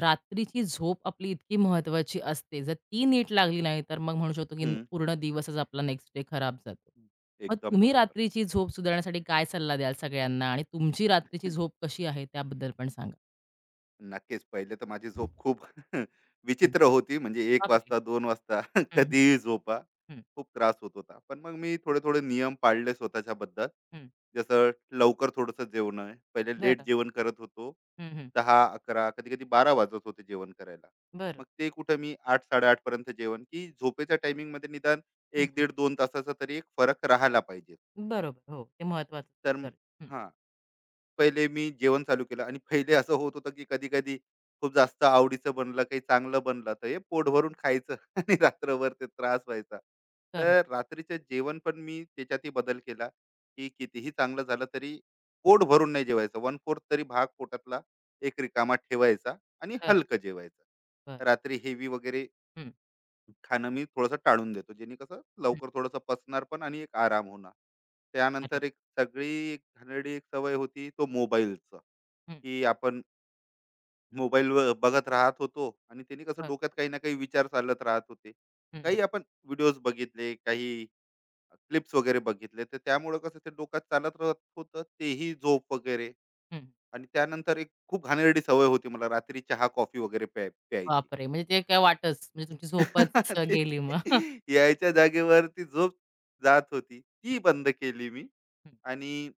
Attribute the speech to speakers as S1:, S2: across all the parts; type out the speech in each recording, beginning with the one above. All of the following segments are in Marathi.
S1: रात्रीची झोप आपली इतकी महत्वाची असते. जर ती नीट लागली नाही, तर मग म्हणू शकतो की
S2: हं.
S1: पूर्ण दिवसच आपला नेक्स्ट डे खराब जातो. मग
S2: एकदम
S1: तुम्ही
S2: बरोबर.
S1: रात्रीची झोप सुधारण्यासाठी काय सल्ला द्याल सगळ्यांना आणि तुमची रात्रीची झोप कशी आहे त्याबद्दल पण सांगा?
S2: नक्कीच. पहिले तर माझी झोप खूप
S1: हं.
S2: विचित्र होती. म्हणजे एक
S1: बापरे!
S2: वाजता, दोन वाजता
S1: हं, हं,
S2: कधीही झोपा.
S1: हं,
S2: खूप त्रास होत होता. पण मग मी थोडे-थोडे नियम पाळले स्वतःच्याबद्दल.
S1: हं.
S2: जसं लवकर थोडंसं जेवणं. पहिले लेट
S1: बरं.
S2: जेवण करत होतो.
S1: हं, हं.
S2: 10-11 कधी-कधी 12 वाजत होते जेवण करायला.
S1: बरं.
S2: मग ते कुठं मी 8-8:30 पर्यंत जेवण की झोपेच्या टायमिंगमध्ये निदान
S1: हं,
S2: 1
S1: हं.
S2: दीड 2 तासाचा तरी एक फरक राहायला पाहिजे.
S1: बरोबर. हो, ते महत्वाचं.
S2: तर
S1: तर हं.
S2: हां. पहिले मी जेवण चालू केलं आणि पहिले असं होत होतं की कधी-कधी खूप जास्त आवडीचं बनलं, काही चांगलं बनलं, तर हे पोट भरून खायचं आणि रात्रभर ते त्रास व्हायचा.
S1: तर
S2: तर रात्रीचं जेवण पण मी त्याच्यातही बदल केला, की कितीही चांगलं झालं तरी पोट भरून नाही जेवायचं. 1/4 तरी भाग पोटातला एक रिकामा ठेवायचा आणि
S1: तर
S2: हलकं जेवायचं.
S1: बरं.
S2: रात्री हेवी वगैरे
S1: हं,
S2: खाणं मी थोडंसं टाळून देतो, जेणे कसं
S1: हं.
S2: लवकर थोडंसं पचणार पण आणि एक आराम होणार.
S1: अरे
S2: त्यानंतर
S1: वाह!
S2: एक सगळी एक घाणेरडी एक सवय होती तो मोबाईलचा,
S1: हं.
S2: की आपण मोबाईल व बघत राहत होतो आणि त्याने कसं
S1: बरं.
S2: डोक्यात काही ना काही विचार चालत राहत होते.
S1: हं, हं,
S2: काही आपण व्हिडिओज बघितले, काही क्लिप्स वगैरे बघितले, तर त्यामुळं कसं ते डोक्यात चालत राहत होतं, तेही झोप वगैरे.
S1: हं.
S2: आणि त्यानंतर एक खूप घाणेरडी सवय होती मला रात्री चहा, कॉफी वगैरे प्यायची.
S1: बापरे! म्हणजे ते काय वाटच म्हणजे तुमची झोपच
S2: ते
S1: गेली मग.
S2: यायच्या जागेवरती झोप जात होती. ती
S1: हं,
S2: बंद केली मी,
S1: हं,
S2: आणि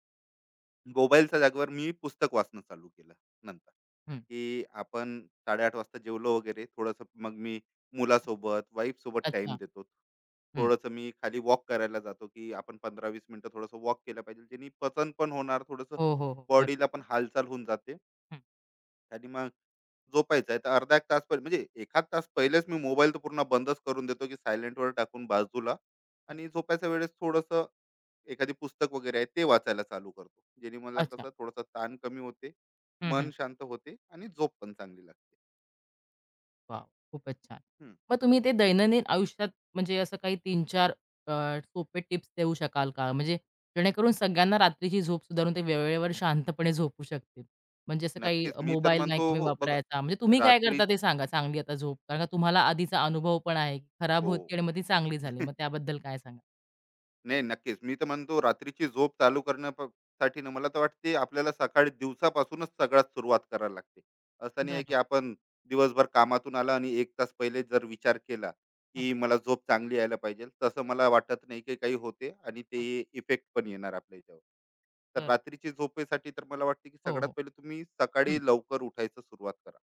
S2: मोबाईलच्या जागेवर मी पुस्तक वाचणं चालू केलं नंतर,
S1: हं.
S2: की आपण 8:30 वाजता जेवलो वगैरे थोडंसं, मग मी मुलासोबत, वाईफ सोबत टाइम
S1: अच्छा.
S2: देतो.
S1: हं.
S2: थोडंसं मी खाली वॉक करायला जातो, की आपण 15-20 मिनिटं थोडंसं वॉक केलं पाहिजे. जेणे पचन पण होणार, थोडंसं
S1: हो, हो, हो. बरं.
S2: बॉडीला पण हालचाल होऊन जाते.
S1: हं,
S2: आणि मग झोपायचं आहे तर अर्धा एक तास पहिले म्हणजे एखाद तास पहिलेच मी मोबाईल तर पूर्ण बंदच करून देतो, की सायलेंटवर टाकून बाजूला.
S1: हं.
S2: आणि झोपायच्या वेळेस थोडंसं एखादी पुस्तक वगैरे आहे ते वाचायला चालू करतो, जेणे मला
S1: अच्छा.
S2: कसं थोडंसं ताण कमी होते,
S1: हं,
S2: मन
S1: हं.
S2: शांत होते आणि झोप पण चांगली लागते.
S1: वॉव! खूपच छान.
S2: हम्म,
S1: मग तुम्ही ते दैनंदिन आयुष्यात म्हणजे असं काही तीन-चार अ, सोपे टिप्स देऊ शकाल का? म्हणजे जेणेकरून सगळ्यांना रात्रीची झोप सुधारून ते वेळेवर शांतपणे झोपू शकतील. म्हणजे असं काही
S2: नक्कीच. मी तर
S1: मोबाईल नाही
S2: म्हणतो,
S1: कमी
S2: हो बघा,
S1: वापरायचा. म्हणजे तुम्ही काय
S2: रात्री,
S1: करता ते सांगा चांगली आता झोप? कारण का तुम्हाला आधीचा अनुभव पण आहे. खराब
S2: हो.
S1: होती आणि मग ती चांगली झाली. मग त्याबद्दल काय सांगाल?
S2: नाही, नक्कीच. मी तर म्हणतो रात्रीची झोप चालू करण्या साठी ना, मला तर वाटते आपल्याला सकाळी दिवसापासूनच सगळ्यात सुरुवात करायला लागते. असं नाही आहे की
S1: बरोबर.
S2: आपण दिवसभर कामातून आला आणि एक तास पहिले जर विचार केला,
S1: हं,
S2: की मला झोप चांगली यायला पाहिजे. तसं मला वाटत नाही की काही होते, आणि ते
S1: हं.
S2: इफेक्ट पण येणार आपल्या याच्यावर. तर
S1: बरोबर.
S2: रात्रीची झोपेसाठी तर मला वाटते की
S1: हो,
S2: सगळ्यात
S1: हो.
S2: पहिले तुम्ही सकाळी
S1: हं.
S2: लवकर उठायचं सुरुवात करा.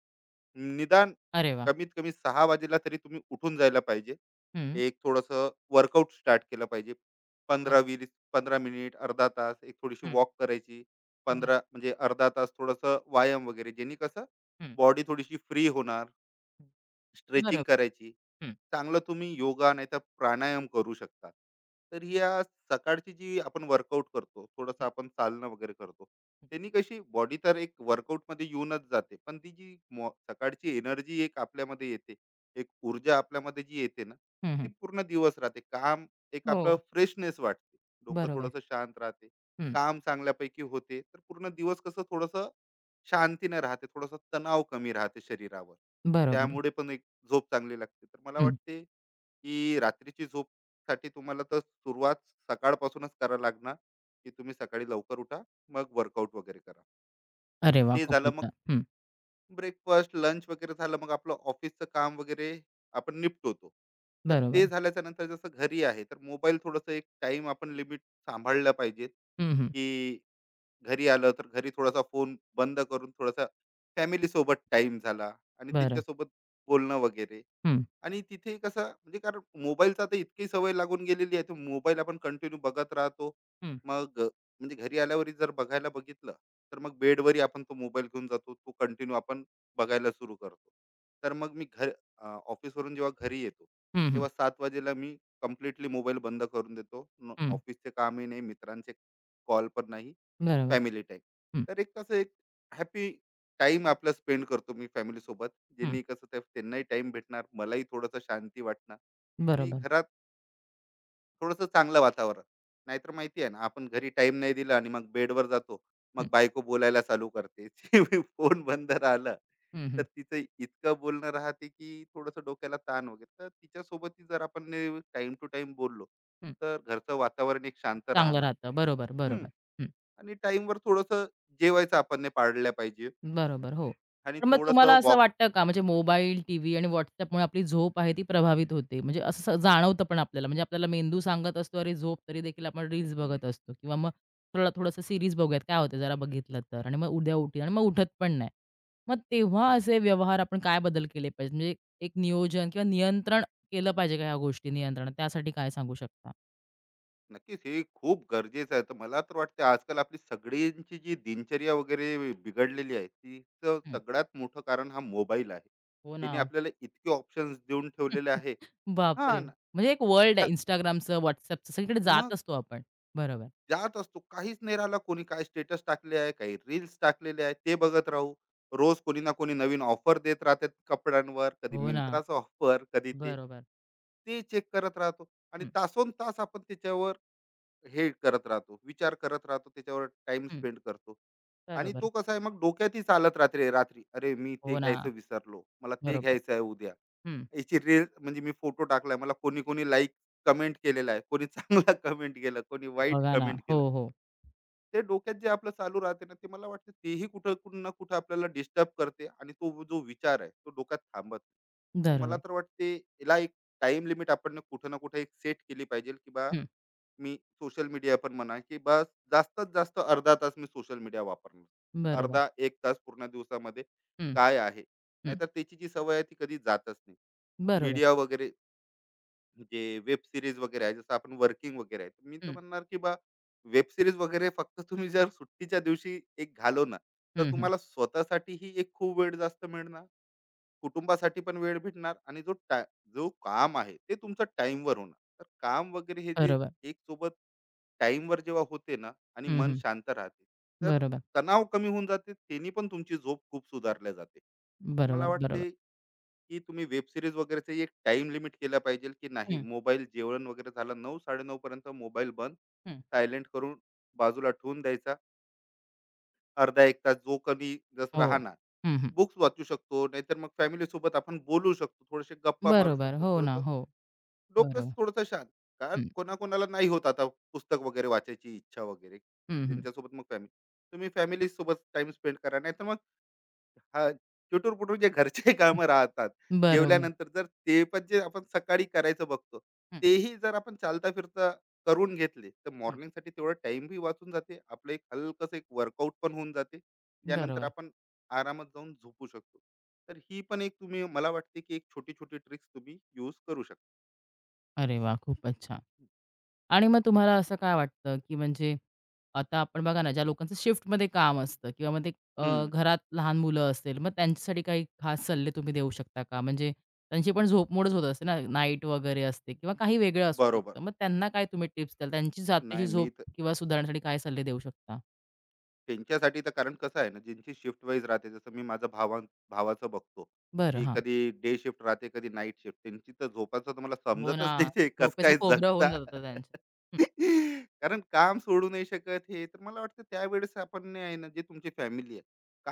S2: निदान
S1: अरे वाह!
S2: कमीत कमी 6 वाजेला तरी तुम्ही उठून जायला पाहिजे.
S1: हं.
S2: एक थोडंसं वर्कआउट स्टार्ट केलं पाहिजे.
S1: बरं.
S2: 15-20 15 मिनिट, अर्धा तास, एक थोडीशी
S1: हं.
S2: वॉक करायची.
S1: बरं.
S2: 15 म्हणजे अर्धा तास थोडंसं व्यायाम वगैरे. ज्यानी कसं
S1: हं.
S2: बॉडी थोडीशी फ्री होणार. स्ट्रेचिंग
S1: बरोबर.
S2: करायची.
S1: हं,
S2: चांगलं तुम्ही योगा नाही तर प्राणायाम करू शकता. तर या सकाळची जी आपण वर्कआउट करतो, थोडंसं
S1: हं,
S2: आपण चालणं वगैरे करतो,
S1: हं.
S2: त्यांनी कशी बॉडी तर एक वर्कआउटमध्ये येऊनच जाते, पण ती जी सकाळची एनर्जी एक आपल्यामध्ये येते, एक ऊर्जा आपल्यामध्ये जी येते ना,
S1: हं,
S2: ती
S1: हं.
S2: पूर्ण दिवस राहते. काम एक
S1: हो.
S2: आपलं फ्रेशनेस वाटते, डोकं
S1: बरोबर.
S2: थोडंसं शांत राहते,
S1: हं.
S2: काम चांगल्यापैकी होते, तर पूर्ण दिवस कसं थोडंसं शांतीने राहते, थोडासा तणाव कमी राहते शरीरावर.
S1: बरोबर.
S2: त्यामुळे पण एक झोप चांगली लागते. तर मला
S1: हं.
S2: वाटते की रात्रीची झोप साठी तुम्हाला तर सुरुवात सकाळपासूनच करा लागणार. की तुम्ही सकाळी लवकर उठा, मग वर्कआउट वगैरे करा.
S1: अरे वाह!
S2: ते
S1: खूप
S2: झालं, मग
S1: छान. हं.
S2: ब्रेकफास्ट, लंच वगैरे झालं, मग आपलं ऑफिसचं काम वगैरे आपण निपटवतो. तर
S1: बरोबर.
S2: ते झाल्याच्या नंतर जसं घरी आहे तर मोबाईल थोडंसं एक टाइम आपण लिमिट सांभाळलं पाहिजे,
S1: हं, हं.
S2: की घरी आलं तर घरी थोडासा फोन बंद करून थोडासा फॅमिली सोबत टाइम झाला आणि
S1: बरं.
S2: त्यांच्यासोबत बोलणं वगैरे.
S1: हं,
S2: आणि तिथे कसं, म्हणजे कारण मोबाईलचा आता इतकी सवय लागून गेलेली आहे, तो मोबाईल आपण कंटिन्यू बघत राहतो.
S1: हं,
S2: मग म्हणजे घरी आल्यावर जर बघायला बघितलं, तर मग बेडवरी आपण तो मोबाईल घेऊन जातो, तो कंटिन्यू आपण बघायला सुरू करतो. तर मग मी ऑफिसवरून जेव्हा घरी येतो,
S1: हं, हं,
S2: तेव्हा सात वाजेला मी कम्प्लिटली मोबाईल बंद करून देतो.
S1: हं.
S2: ऑफिसचे कामही नाही, मित्रांचे कॉल पण नाही,
S1: बरोबर.
S2: Family time.
S1: हं,
S2: तर एक कसं एक हॅपी टाइम आपला स्पेंड करतो मी फॅमिली सोबत,
S1: हं.
S2: ज्यांनी कसं त्या त्यांनाही टाइम भेटणार, मलाही थोडंसं शांती वाटणार आणि
S1: बरोबर.
S2: घरात थोडंसं चांगलं वातावरण. नाहीतर माहिती आहे ना, आपण घरी टाइम नाही दिला आणि मग बेडवर जातो,
S1: हं,
S2: मग बायको बोलायला चालू करते, फोन बंद राहिलं,
S1: हं,
S2: तर
S1: हं,
S2: तिचं इतकं बोलणं राहते की थोडंसं डोक्याला ताण वगैरे. तर तिच्यासोबतही जर आपण टाइम टू टाइम बोललो,
S1: हं.
S2: तर घरचं वातावरण एक शांत
S1: चांगलं
S2: राहणार.
S1: राहतं. बरोबर,
S2: हम्म,
S1: बरोबर.
S2: आणि टाइमवर थोडंसं जेवायचं आपण ने पाळल्या पाहिजे,
S1: बरोबर, हो.
S2: आणि
S1: पण मग तुम्हाला
S2: थोडंसं
S1: असं
S2: वॉक.
S1: वाटतं का म्हणजे मोबाईल, टीव्ही आणि WhatsAppमुळे आपली झोप आहे ती प्रभावित होते? म्हणजे असं जाणवतं पण आपल्याला म्हणजे आपल्याला मेंदू सांगत असतो, "अरे झोप." तरी देखील आपण रील्स बघत असतो किंवा मग थोडा थोडंसं सीरीज बघूयात, काय होतं जरा बघितलं तर आणि मग उद्या उठूया आणि मग उठत पण नाही. मग तेव्हा असे व्यवहार आपण काय बदल केले पाहिजेत? म्हणजे एक नियोजन किंवा नियंत्रण केलं पाहिजे का ह्या गोष्टी नियंत्रणात? त्यासाठी काय सांगू शकता?
S2: नक्कीच, हे खूप गरजेचं आहे. तर मला तर वाटते, आजकाल आपली सगळ्यांची जी दिनचर्या वगैरे बिघडलेली आहे, तिचं
S1: हं.
S2: सगळ्यात मोठं कारण हा मोबाईल आहे.
S1: हो ना.
S2: त्याने आपल्याला इतके ऑप्शन्स देऊन ठेवलेले आहे. हा
S1: बापरे!
S2: ना,
S1: म्हणजे एक वर्ल्ड
S2: का
S1: आहे Instagramचं, WhatsAppचं सगळीकडे जात
S2: मग
S1: असतो आपण. बरोबर.
S2: जात असतो, काहीच नाही, राहिला कोणी काय स्टेटस टाकले आहे, काही रील्स टाकलेले आहे, ते बघत राहू. रोज कोणी ना कोणी नवीन ऑफर देत राहतात कपड्यांवर, कधी
S1: हो ना.
S2: मिंत्राचा ऑफर, कधी ते,
S1: बरोबर.
S2: ते चेक करत राहतो आणि
S1: हं,
S2: तासोन तास आपण त्याच्यावर हे करत राहतो, विचार करत राहतो, त्याच्यावर टाइम
S1: हं.
S2: स्पेंड करतो. आणि
S1: बरोबर.
S2: तो कसा आहे, मग डोक्यातही चालत रात्री रात्री, अरे मी ते
S1: हो ना.
S2: घ्यायचं विसरलो, मला ते
S1: बरोबर.
S2: घ्यायचं आहे उद्या,
S1: हं.
S2: याची रील, म्हणजे मी फोटो टाकलाय, मला कोणी कोणी लाईक कमेंट केलेला आहे, कोणी चांगला कमेंट केलं, कोणी वाईट
S1: बघा ना.
S2: कमेंट
S1: हो,
S2: केलं.
S1: हो.
S2: ते डोक्यात जे आपलं चालू राहते ना, ते मला वाटतं तेही कुठं कुठं ना कुठं आपल्याला डिस्टर्ब करते, आणि तो जो विचार आहे तो डोक्यात थांबत नाही. तर मला
S1: बरोबर.
S2: तर वाटते, याला एक टाइम लिमिट आपण कुठं ना कुठं एक सेट केली पाहिजे, की बा,
S1: हं.
S2: मी सोशल मीडिया पण म्हणा, की बस जास्तीत जास्त अर्धा तास मी सोशल मीडिया वापरणार,
S1: बरोबर.
S2: अर्धा एक तास पूर्ण दिवसामध्ये,
S1: हं,
S2: काय आहे.
S1: हं.
S2: नाहीतर त्याची जी सवय आहे ती कधी जातच नाही.
S1: बरोबर.
S2: मीडिया वगैरे, जे वेब सिरीज वगैरे आहे, जसं आपण वर्किंग वगैरे आहे, तर मी तर
S1: हं,
S2: म्हणणार की बा, वेब सिरीज वगैरे फक्त तुम्ही जर सुट्टीच्या दिवशी एक घालवणार, तर
S1: हं, हं.
S2: तुम्हाला स्वतःसाठीही एक खूप वेळ जास्त मिळणार, कुटुंबासाठी पण वेळ भेटणार, आणि जो काम आहे ते तुमचं टाइमवर होणार. तर काम वगैरे हे जे
S1: बरोबर.
S2: एक सोबत टाइमवर जेव्हा होते ना, आणि
S1: हं,
S2: मन
S1: हं.
S2: शांत राहते, तर
S1: बरोबर.
S2: तणाव कमी होऊन जाते, त्यांनी पण तुमची झोप खूप सुधारल्या जाते. तर मला
S1: बरोबर, बरोबर.
S2: वाटते की तुम्ही वेब सिरीज वगैरेचे एक टाइम लिमिट केला पाहिजे, की नाही
S1: हं,
S2: मोबाईल, जेवण वगैरे झालं, नऊ साडेनऊ पर्यंत मोबाईल बंद,
S1: हं.
S2: सायलेंट करून बाजूला ठेवून द्यायचा. अर्धा एक तास जो कमी जस
S1: हो.
S2: राहणार,
S1: हं, हं.
S2: बुक्स वाचू शकतो, नाहीतर मग फॅमिली सोबत आपण बोलू शकतो, थोडेसे गप्पा मारू
S1: बरोबर.
S2: शकतो,
S1: हो ना.
S2: थोडस
S1: हो.
S2: डोकंच
S1: बरोबर.
S2: थोडंसं शांत. कारण
S1: हं,
S2: कोणाकोणाला नाही होत आता पुस्तक वगैरे वाचायची इच्छा वगैरे,
S1: हं, हं.
S2: ज्यांच्यासोबत मग फॅमिली, तुम्ही फॅमिली सोबत टाइम स्पेंड करा. नाहीतर मग हां, चुटूर-पुटूर जे घरचे कामं राहतात,
S1: हं, बरोबर.
S2: जेवल्यानंतर जर ते पण जे आपण सकाळी करायचं बघतो,
S1: हं,
S2: तेही जर आपण चालता-फिरता करून घेतले, तर
S1: हं.
S2: मॉर्निंगसाठी तेवढा टाईमही वाचून जाते. आपलं एक हलकस एक वर्कआउट पण होऊन जाते, ज्यानंतर
S1: बरोबर.
S2: आपण आरामात जाऊन झोपू शकतो. तर ही पण एक, तुम्ही मला वाटते, की एक छोटी-छोटी ट्रिक्स तुम्ही यूज करू शकता.
S1: अरे वाह! खूपच छान. आणि मग तुम्हाला असं काय वाटतं, की म्हणजे आता आपण बघा ना, ज्या लोकांचं शिफ्टमध्ये काम असतं किंवा मग ते
S2: हं,
S1: घरात लहान मुलं असेल, मग त्यांच्यासाठी काही खास सल्ले तुम्ही देऊ शकता का? म्हणजे त्यांची पण झोपमोडच होत असते ना, नाईट वगैरे असते किंवा काही वेगळं असू
S2: बरोबर.
S1: शकतं. मग त्यांना काय तुम्ही टिप्स द्याल? त्यांची रात्रीची
S2: नाही, मी
S1: झोप किंवा सुधारण्यासाठी काय सल्ले देऊ शकता?
S2: त्यांच्यासाठी तर, कारण कसं आहे ना, ज्यांची शिफ्ट वाईज राहते, जसं मी माझ्या भावाचं बघतो,
S1: बरं,
S2: की
S1: हां.
S2: कधी डे शिफ्ट राहते, कधी नाईट शिफ्ट. त्यांची तर झोपाचं तर मला
S1: हो ना,
S2: समजतच नाही, ते कसं
S1: झोपेचं
S2: काय
S1: खोबरं होऊन
S2: जगता?
S1: जातं त्यांचं. हं,
S2: कारण काम सोडू नाही शकत हे. तर मला वाटतं, त्यावेळेस आपण नाही आहे ना, जे तुमची फॅमिली आहे,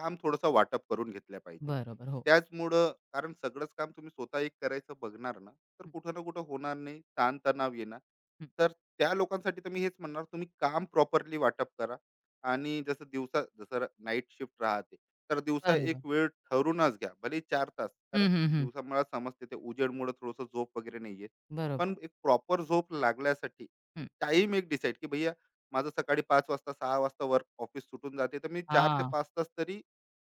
S2: काम थोडंसं वाटप करून घेतल्या पाहिजे.
S1: बरोबर. हो.
S2: त्याचमुळं, कारण सगळंच काम तुम्ही स्वतः एक करायचं बघणार ना, तर
S1: हं,
S2: कुठं ना कुठं होणार नाही, ताण येणार.
S1: हं.
S2: तर त्या लोकांसाठी तर मी हेच म्हणणार, तुम्ही काम प्रॉपरली वाटप करा. आणि जसं दिवसा, जसं नाईट शिफ्ट राहते, तर दिवसा एक
S1: बरोबर.
S2: वेळ ठरूनच घ्या, भले चार तास. कारण
S1: हं, हं, हं.
S2: दिवसा मला समजते ते उजेडमुळे थोडंसं झोप वगैरे नाही येत,
S1: बरोबर.
S2: पण एक प्रॉपर झोप लागण्यासाठी
S1: हं.
S2: टाइम एक डिसाईड, की भैया माझं सकाळी पाच वाजता, सहा वाजता वर्क ऑफिस सुटून जाते, तर मी चार ते
S1: हां,
S2: पाच तास तरी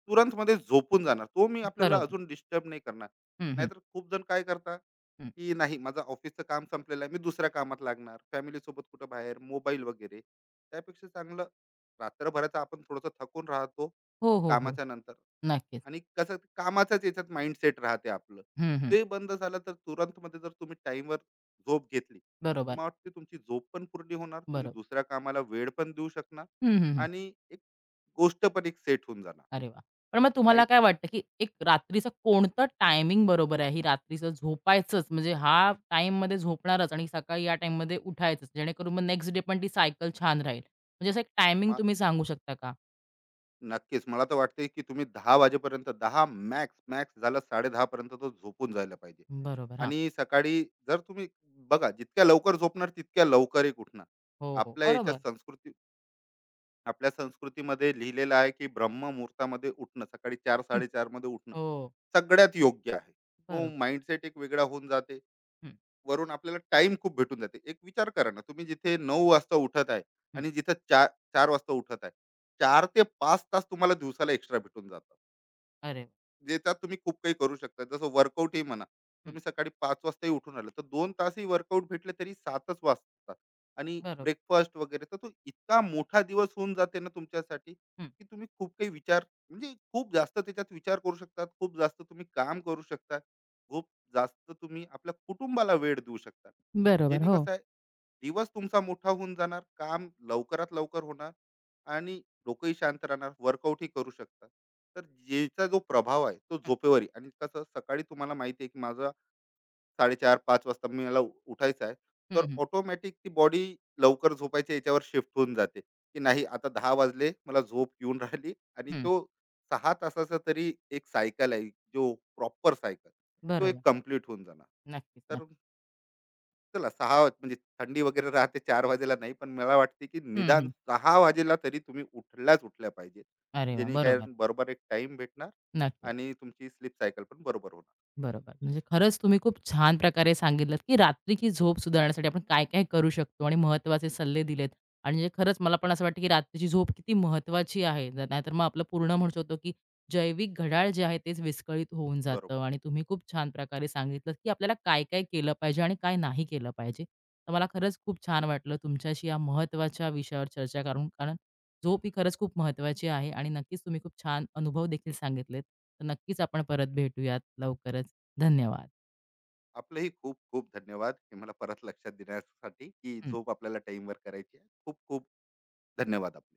S2: तुरंत मध्ये झोपून जाणार, तो मी आपल्याला
S1: बरोबर.
S2: अजून डिस्टर्ब नाही करणार.
S1: हं, हं,
S2: नाहीतर खूप जण काय करतात
S1: हं.
S2: की, नाही माझं ऑफिसचं काम संपलेलं आहे, मी दुसऱ्या कामात लागणार, फॅमिली सोबत कुठं बाहेर, मोबाईल वगैरे. त्यापेक्षा चांगलं, रात्रभराचा आपण थोडंसं थकून राहतो
S1: हो, हो, हो.
S2: कामाच्या नंतर,
S1: नक्कीच.
S2: आणि कसं ते कामाच्याच याच्यात माइंडसेट राहते आपलं,
S1: हं, हं.
S2: ते बंद झालं तर तुरंत मध्ये जर तुम्ही टाईमवर झोप घेतली, तर
S1: बरोबर,
S2: मला वाटते तुमची झोप पण पूर्ण होणार, तुम्ही
S1: बरोबर.
S2: दुसऱ्या कामाला वेळ पण देऊ शकणार,
S1: हं, हं, हं.
S2: आणि एक गोष्ट पण एक सेट होऊन जाणार.
S1: अरे वाह! पण मग तुम्हाला
S2: नाईट
S1: काय वाटतं, की एक रात्रीचं कोणतं टायमिंग बरोबर आहे? ही रात्रीचं झोपायचंच म्हणजे हा टाईममध्ये झोपणारच आणि सकाळी या टाईममध्ये उठायचंच, जेणेकरून मग नेक्स्ट डे पण ती सायकल छान राहील. म्हणजे असं एक टायमिंग तुम्ही सांगू शकता का?
S2: नक्कीच. मला तर वाटतंय, की तुम्ही 10 मॅक्स, मॅक्स झालं 10:30 पर्यंत तो झोपून जायला पाहिजे.
S1: बरोबर. हां.
S2: आणि सकाळी, जर तुम्ही बघा, जितक्या लवकर झोपणार तितक्या लवकर एक उठणार.
S1: हो, हो.
S2: आपल्या
S1: बरोबर.
S2: याच्यात संस्कृती आपल्या संस्कृतीमध्ये लिहिलेलं आहे, की ब्रह्ममुहूर्तामध्ये उठणं, सकाळी
S1: हं.
S2: 4:00-4:30 मध्ये उठणं
S1: हो.
S2: सगळ्यात योग्य आहे. तो
S1: बरोबर.
S2: माइंडसेट एक वेगळा होऊन जाते.
S1: हं,
S2: वरून आपल्याला टाइम खूप भेटून जाते. एक विचार करा ना, तुम्ही जिथे 9 वाजता उठत आहे
S1: हं.
S2: आणि जिथे 4 वाजता उठत आहे. 4 ते 5 तास तुम्हाला दिवसाला एक्स्ट्रा भेटून जातात.
S1: अरे वाह!
S2: ज्याच्यात तुम्ही खूप काही करू शकता, जसं वर्कआउटही म्हणा,
S1: हं.
S2: तुम्ही सकाळी पाच वाजताही उठून आलं, तर दोन तासही वर्कआउट भेटले, तरी सातच वाजता आणि
S1: बरोबर.
S2: ब्रेकफास्ट वगैरे, तर तो इतका मोठा दिवस होऊन जाते ना तुमच्यासाठी,
S1: हं.
S2: की तुम्ही खूप काही विचार, म्हणजे खूप जास्त त्याच्यात विचार करू शकतात, खूप जास्त तुम्ही काम करू शकता, खूप जास्त तुम्ही आपल्या कुटुंबाला वेळ देऊ शकता.
S1: बरोबर.
S2: जेणे
S1: हो.
S2: कसं आहे, दिवस तुमचा मोठा होऊन जाणार, काम लवकरात लवकर होणार, आणि डोकंही शांत राहणार, वर्कआउटही करू शकतात. तर ज्याचा जो प्रभाव आहे तो
S1: हं.
S2: झोपेवरही. आणि कसं सकाळी तुम्हाला माहिती आहे की, माझा साडेचार पाच वाजता मी मला उठायचं आहे, तर
S1: हं, हं.
S2: ऑटोमॅटिक ती बॉडी लवकर झोपायच्या याच्यावर शिफ्ट होऊन जाते, की नाही आता दहा वाजले, मला झोप येऊन राहिली, आणि
S1: हं.
S2: तो सहा तासाचा तरी एक सायकल आहे, जो प्रॉपर सायकल, तो एक
S1: बरोबर.
S2: कम्प्लीट होऊन जाणार.
S1: नक्कीच, नक्कीच.
S2: तर चला 6 म्हणजे थंडी वगैरे राहते, 4 वाजेला नाही, पण मला वाटते की
S1: हं,
S2: निदान
S1: हं.
S2: 6 वाजेला तरी तुम्ही उठल्याच उठल्या पाहिजे.
S1: अरे वाह!
S2: जेणे काय
S1: बरोबर.
S2: बरोबर एक टाईम भेटणार,
S1: नक्कीच.
S2: आणि तुमची स्लीप सायकल पण बरोबर होणार.
S1: बरोबर. म्हणजे खरंच तुम्ही खूप छान प्रकारे सांगितलत, की रात्रीची झोप सुधारण्यासाठी आपण काय-काय करू शकतो आणि महत्त्वाचे
S2: हं,
S1: सल्ले दिलेत. आणि म्हणजे खरंच मला पण असं वाटतं, की रात्रीची झोप किती महत्त्वाची आहे. जर नाहीतर मग आपलं पूर्ण म्हणू शकतो, की जैविक घड्याळ जे आहे तेच विस्कळीत होऊन
S2: बरोबर.
S1: जातं. आणि तुम्ही खूप छान प्रकारे सांगितलत, की आपल्याला काय-काय केलं पाहिजे आणि काय नाही केलं पाहिजे. तर मला खरंच खूप छान वाटलं तुमच्याशी या महत्त्वाच्या विषयावर चर्चा करून. कारण झोप ही खरंच खूप महत्त्वाची आहे आणि नक्कीच तुम्ही खूप छान अनुभव देखील सांगितलेत. तर नक्कीच आपण परत भेटूयात लवकरच. धन्यवाद.
S2: आपलंही खूप खूप धन्यवाद. हे मला परत लक्षात देण्यासाठी की
S1: हं.
S2: झोप आपल्याला टाईमवर करायची आहे. खूप खूप धन्यवाद आपले.